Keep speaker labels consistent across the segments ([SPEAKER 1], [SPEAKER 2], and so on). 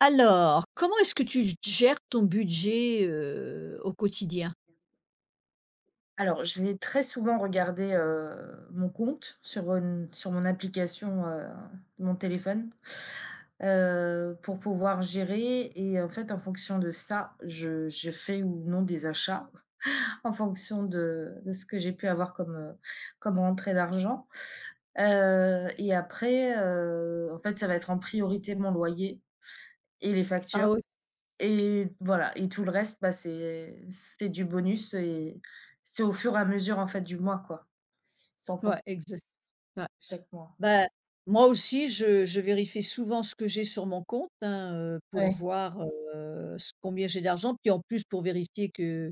[SPEAKER 1] Alors, comment est-ce que tu g gères ton budget, au quotidien?
[SPEAKER 2] Alors, je vais très souvent regarder, mon compte sur une sur mon application, de mon téléphone, pour pouvoir gérer et en fait, en fonction de ça, je fais ou non des achats, en fonction de ce que j'ai pu avoir comme, comme rentrée d'argent, et après, en fait, ça va être en priorité mon loyer et les
[SPEAKER 1] Ah
[SPEAKER 2] factures.
[SPEAKER 1] oui,
[SPEAKER 2] Et voilà, et tout le reste, c'est du bonus et c'est au fur et à mesure, en fait, du mois, quoi. C'est en
[SPEAKER 1] ouais,
[SPEAKER 2] fonction
[SPEAKER 1] exact, ouais.
[SPEAKER 2] de chaque mois.
[SPEAKER 1] Bah, moi aussi, je vérifie souvent ce que j'ai sur mon compte, hein, pour
[SPEAKER 2] Ouais,
[SPEAKER 1] voir, ce combien j'ai d'argent, puis en plus pour vérifier que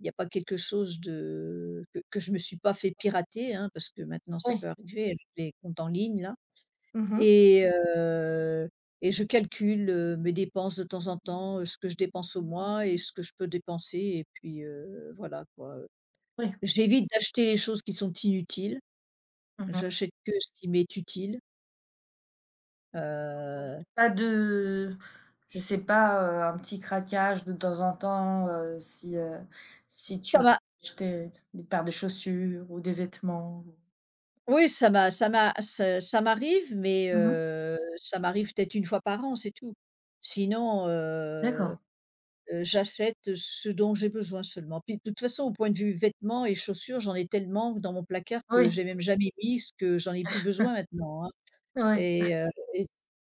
[SPEAKER 1] il n'y a pas quelque chose de que je me suis pas fait pirater, hein, parce que maintenant ça peut
[SPEAKER 2] oui.
[SPEAKER 1] arriver avec les comptes en ligne là.
[SPEAKER 2] Mmh mh.
[SPEAKER 1] Et heu et je calcule, mes dépenses de temps en temps, ce que je dépense au mois et ce que je peux dépenser et puis, voilà quoi.
[SPEAKER 2] Oui.
[SPEAKER 1] J'évite d'acheter les choses qui sont inutiles,
[SPEAKER 2] Mmh mh.
[SPEAKER 1] j'achète que ce qui m'est utile. heu,
[SPEAKER 2] Pas de, je sais pas, un petit craquage de temps en temps, si, si tu
[SPEAKER 1] ça
[SPEAKER 2] veux
[SPEAKER 1] m'a
[SPEAKER 2] acheter des paires de chaussures ou des vêtements ou
[SPEAKER 1] Oui, ça m'arrive, mais,
[SPEAKER 2] Mmh mh.
[SPEAKER 1] ça m'arrive peut-être une fois par an, c'est tout. Sinon,
[SPEAKER 2] D'accord.
[SPEAKER 1] J'achète ce dont j'ai besoin seulement. Puis de toute façon, au point de vue vêtements et chaussures, j'en ai tellement dans mon placard que j'ai
[SPEAKER 2] Oui,
[SPEAKER 1] même jamais mis ce que j'en ai plus besoin maintenant, hein.
[SPEAKER 2] oui,
[SPEAKER 1] et heu et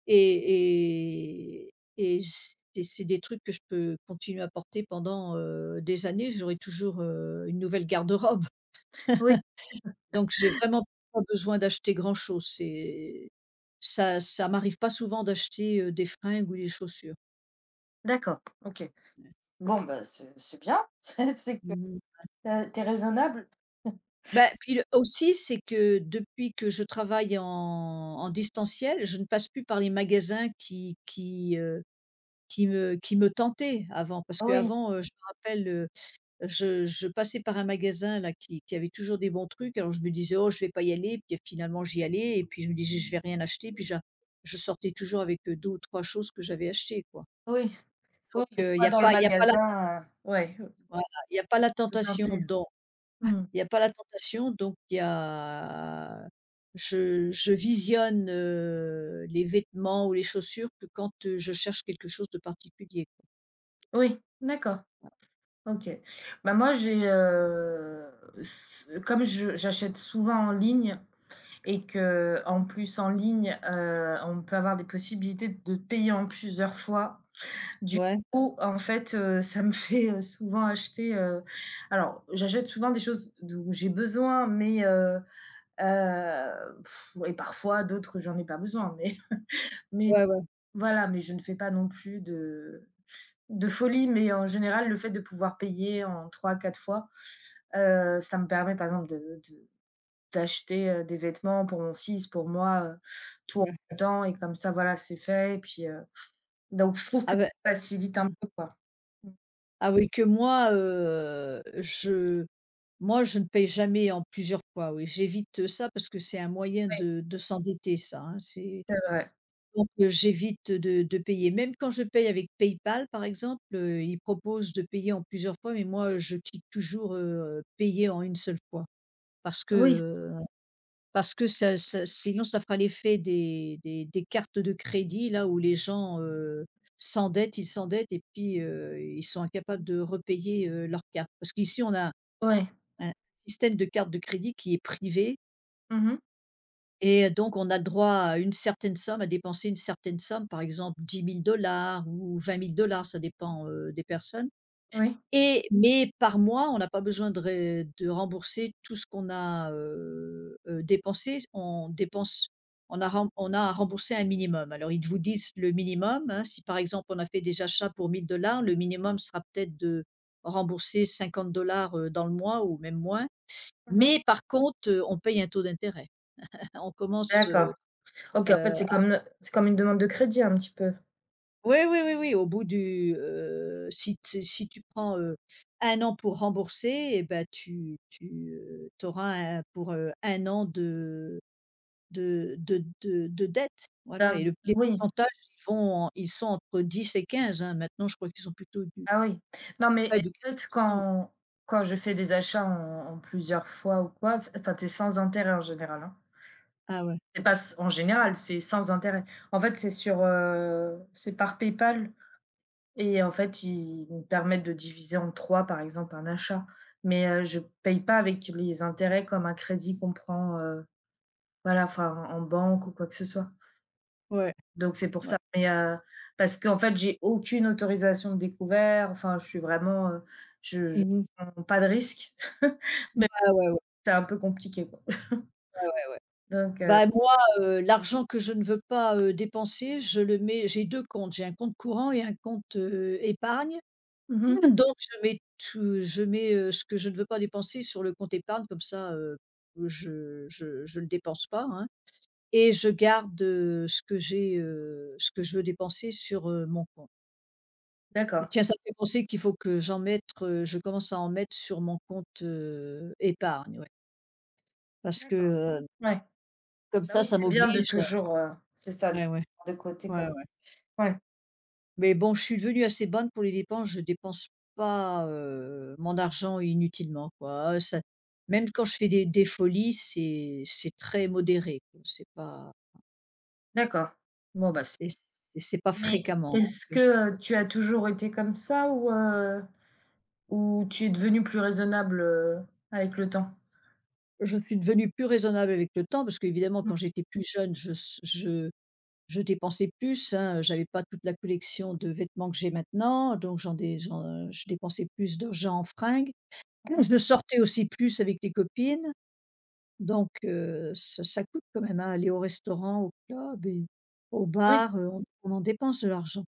[SPEAKER 1] et et et c'est des trucs que je peux continuer à porter pendant, des années. J'aurai toujours, une nouvelle garde-robe.
[SPEAKER 2] oui,
[SPEAKER 1] Donc j'ai vraiment pas besoin d'acheter grand-chose. C'est ça ça m'arrive pas souvent d'acheter, des fringues ou des chaussures.
[SPEAKER 2] d'accord, OK.
[SPEAKER 1] Ouais.
[SPEAKER 2] Bon, bah, c'est bien, c'est que
[SPEAKER 1] Mmh.
[SPEAKER 2] tu as, tu es raisonnable.
[SPEAKER 1] Bah, puis le aussi, c'est que depuis que je travaille en distanciel, je ne passe plus par les magasins qui me tentaient avant. Parce
[SPEAKER 2] Oui,
[SPEAKER 1] qu'avant, je me rappelle, je passais par un magasin là qui avait toujours des bons trucs, alors je me disais: «Oh, je vais pas y aller», puis finalement j'y allais et puis je me disais: «Je vais rien acheter», puis j'a je sortais toujours avec, deux ou 3 choses que j'avais achetées, quoi.
[SPEAKER 2] oui.
[SPEAKER 1] Donc,
[SPEAKER 2] Oui, une fois dans le
[SPEAKER 1] il y a pas la
[SPEAKER 2] magasin, ouais,
[SPEAKER 1] voilà, il y a pas la
[SPEAKER 2] peut-être plutôt
[SPEAKER 1] tentation
[SPEAKER 2] tentée.
[SPEAKER 1] donc.
[SPEAKER 2] Mmh.
[SPEAKER 1] Il n'y a pas la tentation, donc il y a je visionne, les vêtements ou les chaussures que quand, je cherche quelque chose de particulier, quoi.
[SPEAKER 2] Oui, d'accord, OK. Bah, moi, j'ai, s comme je j'achète souvent en ligne et qu'en plus, en ligne, on peut avoir des possibilités de payer en plusieurs fois. Du
[SPEAKER 1] Ouais,
[SPEAKER 2] coup, en fait, ça me fait, souvent acheter, alors, j'achète souvent des choses d'où j'ai besoin, mais heu, et parfois d'autres, j'en ai pas besoin, mais mais
[SPEAKER 1] ouais, ouais,
[SPEAKER 2] voilà. Mais je ne fais pas non plus de folie, mais en général, le fait de pouvoir payer en 3, 4 fois, ça me permet, par exemple, de d'acheter, des vêtements pour mon fils, pour moi, tout en
[SPEAKER 1] ouais.
[SPEAKER 2] même temps et comme ça, voilà, c'est fait et puis, donc je trouve que
[SPEAKER 1] Ah beh.
[SPEAKER 2] ça facilite un
[SPEAKER 1] Mmh.
[SPEAKER 2] peu, quoi. Mmh,
[SPEAKER 1] Ah oui que moi, je moi je ne paye jamais en plusieurs fois, oui. J'évite ça parce que c'est un moyen
[SPEAKER 2] ouais,
[SPEAKER 1] de s'endetter ça, hein, c'est.
[SPEAKER 2] c'est vrai.
[SPEAKER 1] Donc, j'évite de payer. Même quand je paye avec PayPal, par exemple, ils proposent de payer en plusieurs fois, mais moi, je clique toujours, payer en une seule fois. Parce que,
[SPEAKER 2] Oui.
[SPEAKER 1] heu, parce que ça sinon ça fera l'effet des cartes de crédit là où les gens, s'endettent, ils s'endettent et puis, ils sont incapables de repayer, leurs cartes. Parce qu'ici on a
[SPEAKER 2] Oui.
[SPEAKER 1] un système de carte de crédit qui est privé.
[SPEAKER 2] Mmh.
[SPEAKER 1] Et donc on a droit à une certaine somme, à dépenser une certaine somme, par exemple 10 000 dollars ou 20 000 dollars, ça dépend, des personnes.
[SPEAKER 2] Oui.
[SPEAKER 1] Et mais par mois, on n'a pas besoin de rembourser tout ce qu'on a, dépensé. On a à rembourser un minimum. Alors ils vous disent le minimum, hein, si par exemple on a fait des achats pour 1 000 dollars, le minimum sera peut-être de rembourser 50 dollars dans le mois ou même moins.
[SPEAKER 2] Mmh.
[SPEAKER 1] Mais par contre, on paye un taux d'intérêt. On commence, Heu,
[SPEAKER 2] D'accord. OK, en fait, c'est comme une demande de crédit un petit peu?
[SPEAKER 1] oui, oui, oui, oui, au bout si tu prends, 1 an pour rembourser, et ben tu auras un pour, 1 an de dette, voilà, et
[SPEAKER 2] D'un,
[SPEAKER 1] le les
[SPEAKER 2] oui.
[SPEAKER 1] pourcentages ils vont en ils sont entre 10 et 15. Hein. Maintenant, je crois qu'ils sont plutôt du
[SPEAKER 2] Ah oui. Non, mais
[SPEAKER 1] ouais,
[SPEAKER 2] et
[SPEAKER 1] du
[SPEAKER 2] en fait,
[SPEAKER 1] 15.
[SPEAKER 2] quand je fais des achats en plusieurs fois ou quoi, c'est, enfin, c'est sans intérêt en général, hein.
[SPEAKER 1] Ah ouais,
[SPEAKER 2] C'est pas s en général, c'est sans intérêt. En fait, c'est sur, c'est par PayPal et en fait, ils me permettent de diviser en 3, par exemple, un achat. Mais, je paye pas avec les intérêts comme un crédit qu'on prend, voilà, enfin, en banque ou quoi que ce soit.
[SPEAKER 1] ouais,
[SPEAKER 2] Donc c'est pour
[SPEAKER 1] ouais.
[SPEAKER 2] ça. Mais parce qu'en fait, j'ai aucune autorisation de découvert. Enfin, je suis vraiment, je
[SPEAKER 1] Mmh.
[SPEAKER 2] prends pas de risque, mais
[SPEAKER 1] Ah ouais, ouais,
[SPEAKER 2] c'est un peu compliqué, quoi.
[SPEAKER 1] ouais, ouais, ouais.
[SPEAKER 2] Donc heu,
[SPEAKER 1] Bah, moi, l'argent que je ne veux pas, dépenser, je le mets j'ai 2 comptes. J'ai un compte courant et un compte, épargne.
[SPEAKER 2] mmh.
[SPEAKER 1] Donc je mets, ce que je ne veux pas dépenser sur le compte épargne comme ça, je le dépense pas, hein, et je garde, ce que j'ai, ce que je veux dépenser sur, mon compte. Et
[SPEAKER 2] D'accord,
[SPEAKER 1] tiens, ça me fait penser qu'il faut que j'en mette, je commence à en mettre sur mon compte, épargne, ouais. Parce que,
[SPEAKER 2] d'accord.
[SPEAKER 1] heu,
[SPEAKER 2] Ouais.
[SPEAKER 1] comme
[SPEAKER 2] Bah,
[SPEAKER 1] ça,
[SPEAKER 2] oui,
[SPEAKER 1] ça
[SPEAKER 2] c'est bien de
[SPEAKER 1] m'oblige.
[SPEAKER 2] toujours, c'est ça,
[SPEAKER 1] Ouais, ouais.
[SPEAKER 2] de côté
[SPEAKER 1] Ouais,
[SPEAKER 2] comme
[SPEAKER 1] ouais.
[SPEAKER 2] ouais,
[SPEAKER 1] Mais bon, je suis devenue assez bonne pour les dépenses, je dépense pas, mon argent inutilement, quoi. Ça même quand je fais des folies, c'est très modéré, quoi.
[SPEAKER 2] d'accord. Bon, bah, c'est,
[SPEAKER 1] C'est pas
[SPEAKER 2] mais
[SPEAKER 1] fréquemment.
[SPEAKER 2] est-ce
[SPEAKER 1] je
[SPEAKER 2] que, tu as toujours été comme ça ou tu es devenue plus raisonnable, avec le temps?
[SPEAKER 1] je suis devenue plus raisonnable avec le temps parce qu'évidemment
[SPEAKER 2] Mmh.
[SPEAKER 1] quand j'étais plus jeune, je s je dépensais plus, hein, j'avais pas toute la collection de vêtements que j'ai maintenant, donc j'en dé j'en je dépensais plus d'argent en fringues. Je sortais aussi plus avec les copines. Donc ça coûte quand même, à aller au restaurant, au club et au
[SPEAKER 2] Oui,
[SPEAKER 1] bar, on en dépense de l'argent,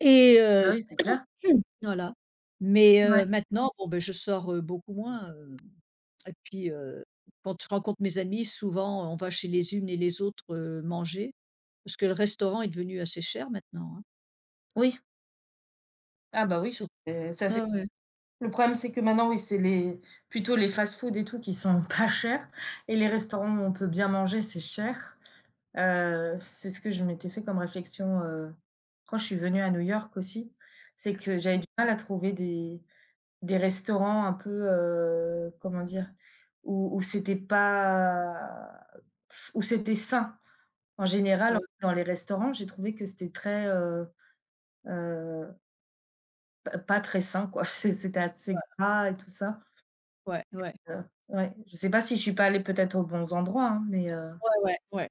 [SPEAKER 1] et
[SPEAKER 2] bah,
[SPEAKER 1] heu,
[SPEAKER 2] oui, c'est clair.
[SPEAKER 1] voilà. Mais
[SPEAKER 2] Ouais.
[SPEAKER 1] maintenant, bon, ben je sors, beaucoup moins, et puis, quand je rencontre mes amis, souvent, on va chez les unes et les autres, manger parce que le restaurant est devenu assez cher maintenant, hein,
[SPEAKER 2] Oui. Ah bah oui,
[SPEAKER 1] surtout.
[SPEAKER 2] c'est
[SPEAKER 1] Ah ouais,
[SPEAKER 2] le problème, c'est que maintenant, oui, c'est les plutôt les fast-food et tout qui sont pas chers, et les restaurants où on peut bien manger, c'est cher. C'est ce que je m'étais fait comme réflexion, quand je suis venue à New York aussi. C'est que j'avais
[SPEAKER 1] mmh,
[SPEAKER 2] du mal à trouver des restaurants un peu, comment dire? Où c'était pas f où c'était sain. En général,
[SPEAKER 1] ouais,
[SPEAKER 2] dans les restaurants, j'ai trouvé que c'était très, heu pas très sain quoi, c'était assez gras et tout ça,
[SPEAKER 1] ouais, ouais,
[SPEAKER 2] ouais. Je sais pas si je suis pas allée peut-être aux bons endroits, hein, mais
[SPEAKER 1] ouais, ouais, ouais.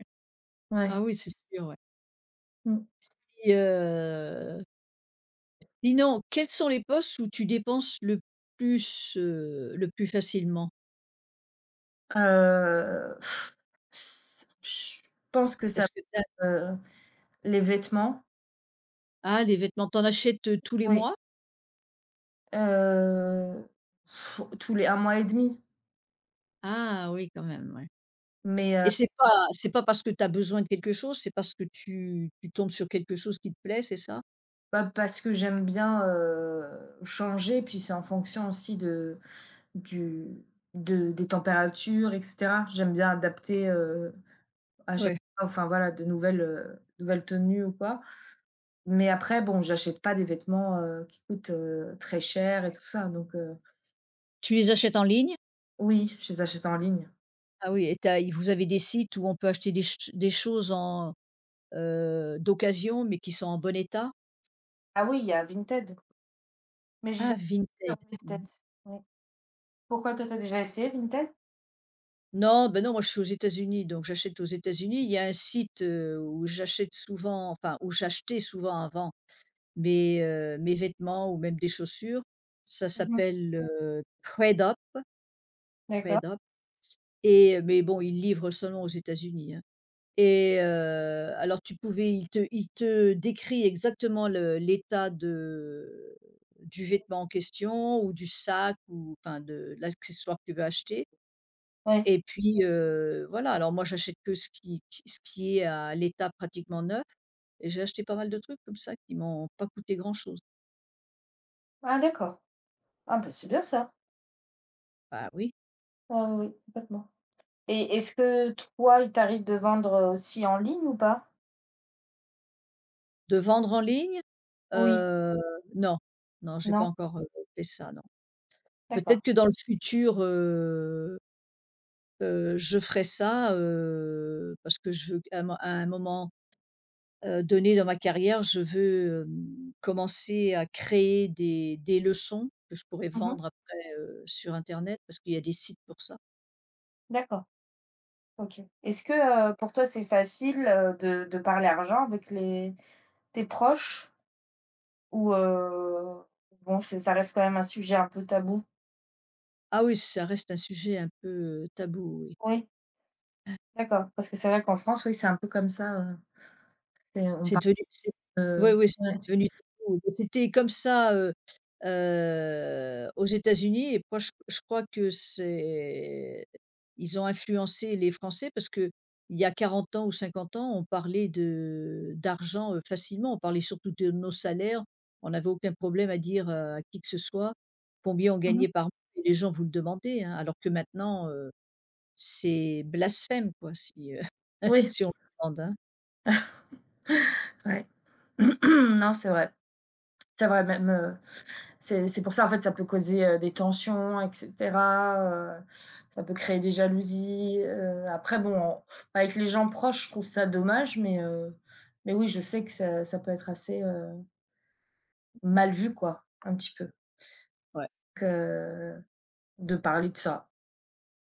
[SPEAKER 1] Ah
[SPEAKER 2] ouais.
[SPEAKER 1] oui, c'est sûr, ouais.
[SPEAKER 2] Mmh.
[SPEAKER 1] Si, Dis donc, quels sont les postes où tu dépenses le plus facilement?
[SPEAKER 2] Heu, s je pense que ça,
[SPEAKER 1] Est-ce que tu
[SPEAKER 2] heu, les vêtements,
[SPEAKER 1] Ah, les vêtements, t'en achètes, tous les
[SPEAKER 2] oui,
[SPEAKER 1] mois?
[SPEAKER 2] heu, tous les un mois et demi,
[SPEAKER 1] Ah oui, quand même, ouais.
[SPEAKER 2] mais
[SPEAKER 1] Et
[SPEAKER 2] heu,
[SPEAKER 1] c'est pas parce que tu as besoin de quelque chose, c'est parce que tu tombes sur quelque chose qui te plaît, c'est ça?
[SPEAKER 2] pas parce que j'aime bien, changer, puis c'est en fonction aussi du de des températures, et cetera. J'aime bien adapter, à chaque
[SPEAKER 1] Ouais.
[SPEAKER 2] fois, enfin voilà, de nouvelles, nouvelles tenues ou quoi. Mais après, bon, j'achète pas des vêtements, qui coûtent, très cher et tout ça,
[SPEAKER 1] Tu les achètes en ligne?
[SPEAKER 2] oui, je les achète en ligne.
[SPEAKER 1] Ah oui, et tu as vous avez des sites où on peut acheter des choses en, d'occasion, mais qui sont en bon état?
[SPEAKER 2] Ah oui, il y a Vinted, mais j'ai
[SPEAKER 1] Ah,
[SPEAKER 2] jamais sur
[SPEAKER 1] Vinted. Mmh.
[SPEAKER 2] Vinted. Oui. Pourquoi, toi, t'as déjà essayé Vinted?
[SPEAKER 1] Non, ben non, moi je suis aux États-Unis, donc j'achète aux États-Unis. Il y a un site, où j'achète souvent, enfin où j'achetais souvent avant mes vêtements ou même des chaussures. Ça
[SPEAKER 2] Mmh.
[SPEAKER 1] s'appelle, ThredUp,
[SPEAKER 2] D'accord,
[SPEAKER 1] ThredUp. Mais bon, ils livrent seulement aux États-Unis, hein. Alors tu pouvais il te décrit exactement le l'état de du vêtement en question ou du sac ou enfin de l'accessoire que tu veux acheter.
[SPEAKER 2] oui.
[SPEAKER 1] Et puis, voilà, alors moi j'achète que ce qui est à l'état pratiquement neuf. Et j'ai acheté pas mal de trucs comme ça qui m'ont pas coûté grand chose.
[SPEAKER 2] Ah d'accord. Ah bah, c'est bien ça.
[SPEAKER 1] Bah oui.
[SPEAKER 2] Ouais, oui, oui, complètement. Et est-ce que toi, il t'arrive de vendre aussi en ligne ou pas?
[SPEAKER 1] De vendre en ligne?
[SPEAKER 2] Oui,
[SPEAKER 1] Heu, non, non, j'ai pas
[SPEAKER 2] non?
[SPEAKER 1] encore, fait ça, non.
[SPEAKER 2] D'accord.
[SPEAKER 1] Peut-être que dans le futur, je ferai ça, parce que je veux à un moment donnée dans ma carrière, je veux, commencer à créer des leçons que je pourrais
[SPEAKER 2] Mmh.
[SPEAKER 1] vendre après, sur internet parce qu'il y a des sites pour ça.
[SPEAKER 2] D'accord. OK. Est-ce que, pour toi, c'est facile, de parler argent avec les tes proches, ou bon, c'est, ça reste quand même un sujet un peu tabou?
[SPEAKER 1] Ah oui, ça reste un sujet un peu tabou, oui.
[SPEAKER 2] Oui, d'accord, parce que c'est vrai qu'en France, oui, c'est un peu comme ça, c'est on
[SPEAKER 1] C'est
[SPEAKER 2] parle
[SPEAKER 1] devenu c'est Ouais,
[SPEAKER 2] de
[SPEAKER 1] ouais,
[SPEAKER 2] ouais.
[SPEAKER 1] c'est devenu tabou. C'était comme ça, aux États-Unis, et moi je crois que c'est ils ont influencé les Français, parce que il y a 40 ans ou 50 ans, on parlait de d'argent, facilement. On parlait surtout de nos salaires. On n'avait aucun problème à dire, à qui que ce soit combien on
[SPEAKER 2] Mmh.
[SPEAKER 1] gagnait par mois, et les gens vous le demandaient, hein. Alors que maintenant, c'est blasphème quoi si,
[SPEAKER 2] Oui,
[SPEAKER 1] si on le demande, hein.
[SPEAKER 2] ouais. Non, c'est vrai. C'est vrai, même, c'est pour ça, en fait, ça peut causer, des tensions, et cetera, heu, ça peut créer des jalousies, après bon, en avec les gens proches, je trouve ça dommage, mais oui, je sais que ça peut être assez, mal vu quoi, un petit peu,
[SPEAKER 1] Ouais.
[SPEAKER 2] que de parler de ça.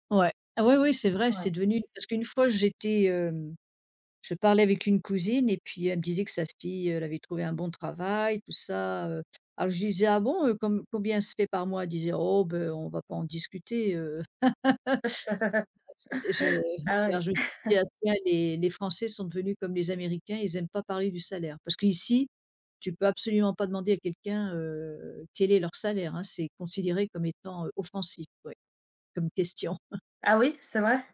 [SPEAKER 1] Ouais. Ah ouais, oui, c'est vrai,
[SPEAKER 2] Ouais.
[SPEAKER 1] c'est devenu. Parce qu'une fois j'étais, je parlais avec une cousine et puis elle me disait que sa fille, elle avait trouvé un bon travail, tout ça. Alors je lui disais: «Ah bon, combien se fait par mois?» Elle disait: «Oh ben on va pas en discuter,» Et je
[SPEAKER 2] Ah
[SPEAKER 1] Alors
[SPEAKER 2] ouais.
[SPEAKER 1] je me suis dit: «Ah tiens, les Français sont devenus comme les Américains, ils aiment pas parler du salaire». Parce qu'ici, tu peux absolument pas demander à quelqu'un, quel est leur salaire, hein, c'est considéré comme étant, offensif, ouais, comme question.
[SPEAKER 2] Ah oui, c'est vrai?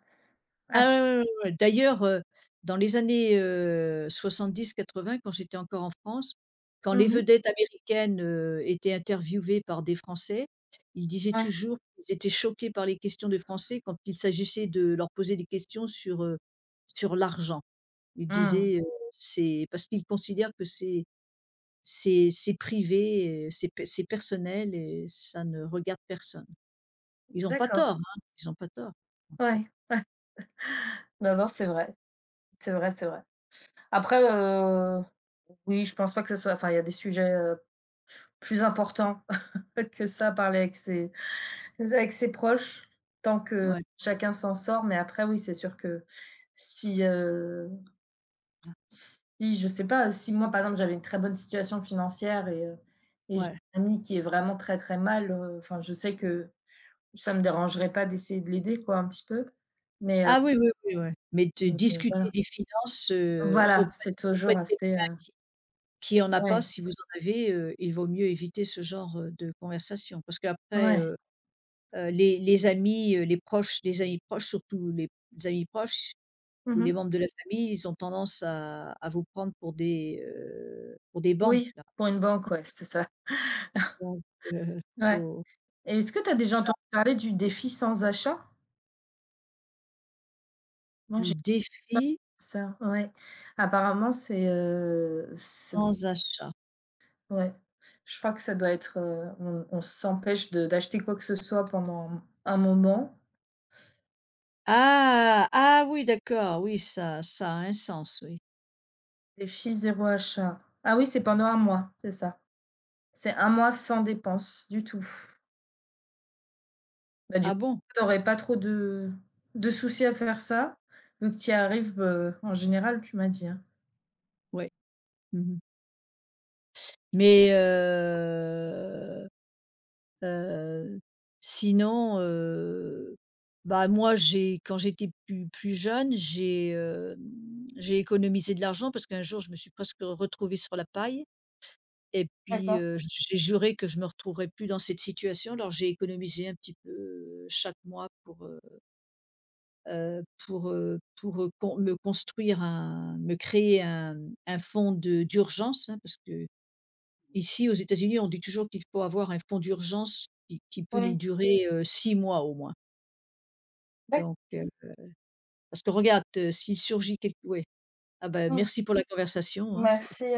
[SPEAKER 2] Ah.
[SPEAKER 1] Ah ouais, ouais, ouais, ouais. Ouais. D'ailleurs, dans les années, soixante-dix quatre-vingts, quand j'étais encore en France, quand les
[SPEAKER 2] Mmh.
[SPEAKER 1] vedettes américaines, étaient interviewées par des Français, ils disaient
[SPEAKER 2] Ouais.
[SPEAKER 1] toujours qu'ils étaient choqués par les questions des Français quand il s'agissait de leur poser des questions sur, sur l'argent. Ils
[SPEAKER 2] Mmh.
[SPEAKER 1] disaient, c'est parce qu'ils considèrent que c'est c'est privé et c'est personnel et ça ne regarde personne. Ils ont pas
[SPEAKER 2] D'accord.
[SPEAKER 1] tort, hein, ils ont pas tort, en fait.
[SPEAKER 2] Ouais. Non, non, c'est vrai. C'est vrai, c'est vrai. Après, oui, je pense pas que ce soit, enfin, il y a des sujets, plus importants. Faites que ça, parler avec ses proches, tant que
[SPEAKER 1] Ouais,
[SPEAKER 2] chacun s'en sort. Mais après, oui, c'est sûr que si, si je sais pas, si moi, par exemple, j'avais une très bonne situation financière et j'ai
[SPEAKER 1] ouais.
[SPEAKER 2] une amie qui est vraiment très, très mal, enfin, je sais que ça me dérangerait pas d'essayer de l'aider, quoi, un petit peu. Mais heu,
[SPEAKER 1] Ah oui, oui, oui, ouais. Mais de
[SPEAKER 2] mais
[SPEAKER 1] discuter
[SPEAKER 2] voilà.
[SPEAKER 1] des finances,
[SPEAKER 2] Voilà,
[SPEAKER 1] auprès
[SPEAKER 2] c'est
[SPEAKER 1] auprès
[SPEAKER 2] toujours
[SPEAKER 1] de
[SPEAKER 2] assez,
[SPEAKER 1] quelqu'un qui en a
[SPEAKER 2] ouais,
[SPEAKER 1] pas, si vous en avez, il vaut mieux éviter ce genre, de conversation parce qu'après,
[SPEAKER 2] ouais.
[SPEAKER 1] les amis, les amis proches, surtout les amis proches ou les
[SPEAKER 2] Mmh.
[SPEAKER 1] membres de la famille, ils ont tendance à vous prendre pour des banques
[SPEAKER 2] Oui,
[SPEAKER 1] là.
[SPEAKER 2] pour une banque, ouais, c'est ça.
[SPEAKER 1] Donc heu,
[SPEAKER 2] Ouais.
[SPEAKER 1] faut.
[SPEAKER 2] Et est-ce que tu as déjà entendu parler du défi sans achat? Moi,
[SPEAKER 1] Du défi
[SPEAKER 2] ça, ouais. Apparemment, c'est
[SPEAKER 1] sans achat.
[SPEAKER 2] ouais. Je crois que ça doit être, on s'empêche de d'acheter quoi que ce soit pendant un moment.
[SPEAKER 1] Ah! Ah oui, d'accord, oui ça a un sens, oui.
[SPEAKER 2] Les filles zéro achat. Ah oui, c'est pendant un mois, c'est ça. C'est un mois sans dépenses du tout. Bah, du
[SPEAKER 1] Ah bon?
[SPEAKER 2] coup, tu pas trop de soucis à faire ça, vu que tu y arrives, en général, tu m'as dit, hein?
[SPEAKER 1] Oui. Mmh. Mais heu, sinon, bah, moi, j'ai quand j'étais plus jeune, j'ai économisé de l'argent parce qu'un jour, je me suis presque retrouvée sur la paille et puis,
[SPEAKER 2] D'accord,
[SPEAKER 1] j'ai juré que je me retrouverais plus dans cette situation. Alors j'ai économisé un petit peu, chaque mois pour con me construire un me créer un fonds de d'urgence, hein, parce que. Ici, aux États-Unis, on dit toujours qu'il faut avoir un fonds d'urgence qui peut nous. Oui.
[SPEAKER 2] oui.
[SPEAKER 1] Durer, 6 mois au moins.
[SPEAKER 2] D'accord,
[SPEAKER 1] Donc parce que regarde, s'il surgit quelque. Ouais. Ah ben,
[SPEAKER 2] mmh.
[SPEAKER 1] merci pour la conversation, hein.
[SPEAKER 2] Merci,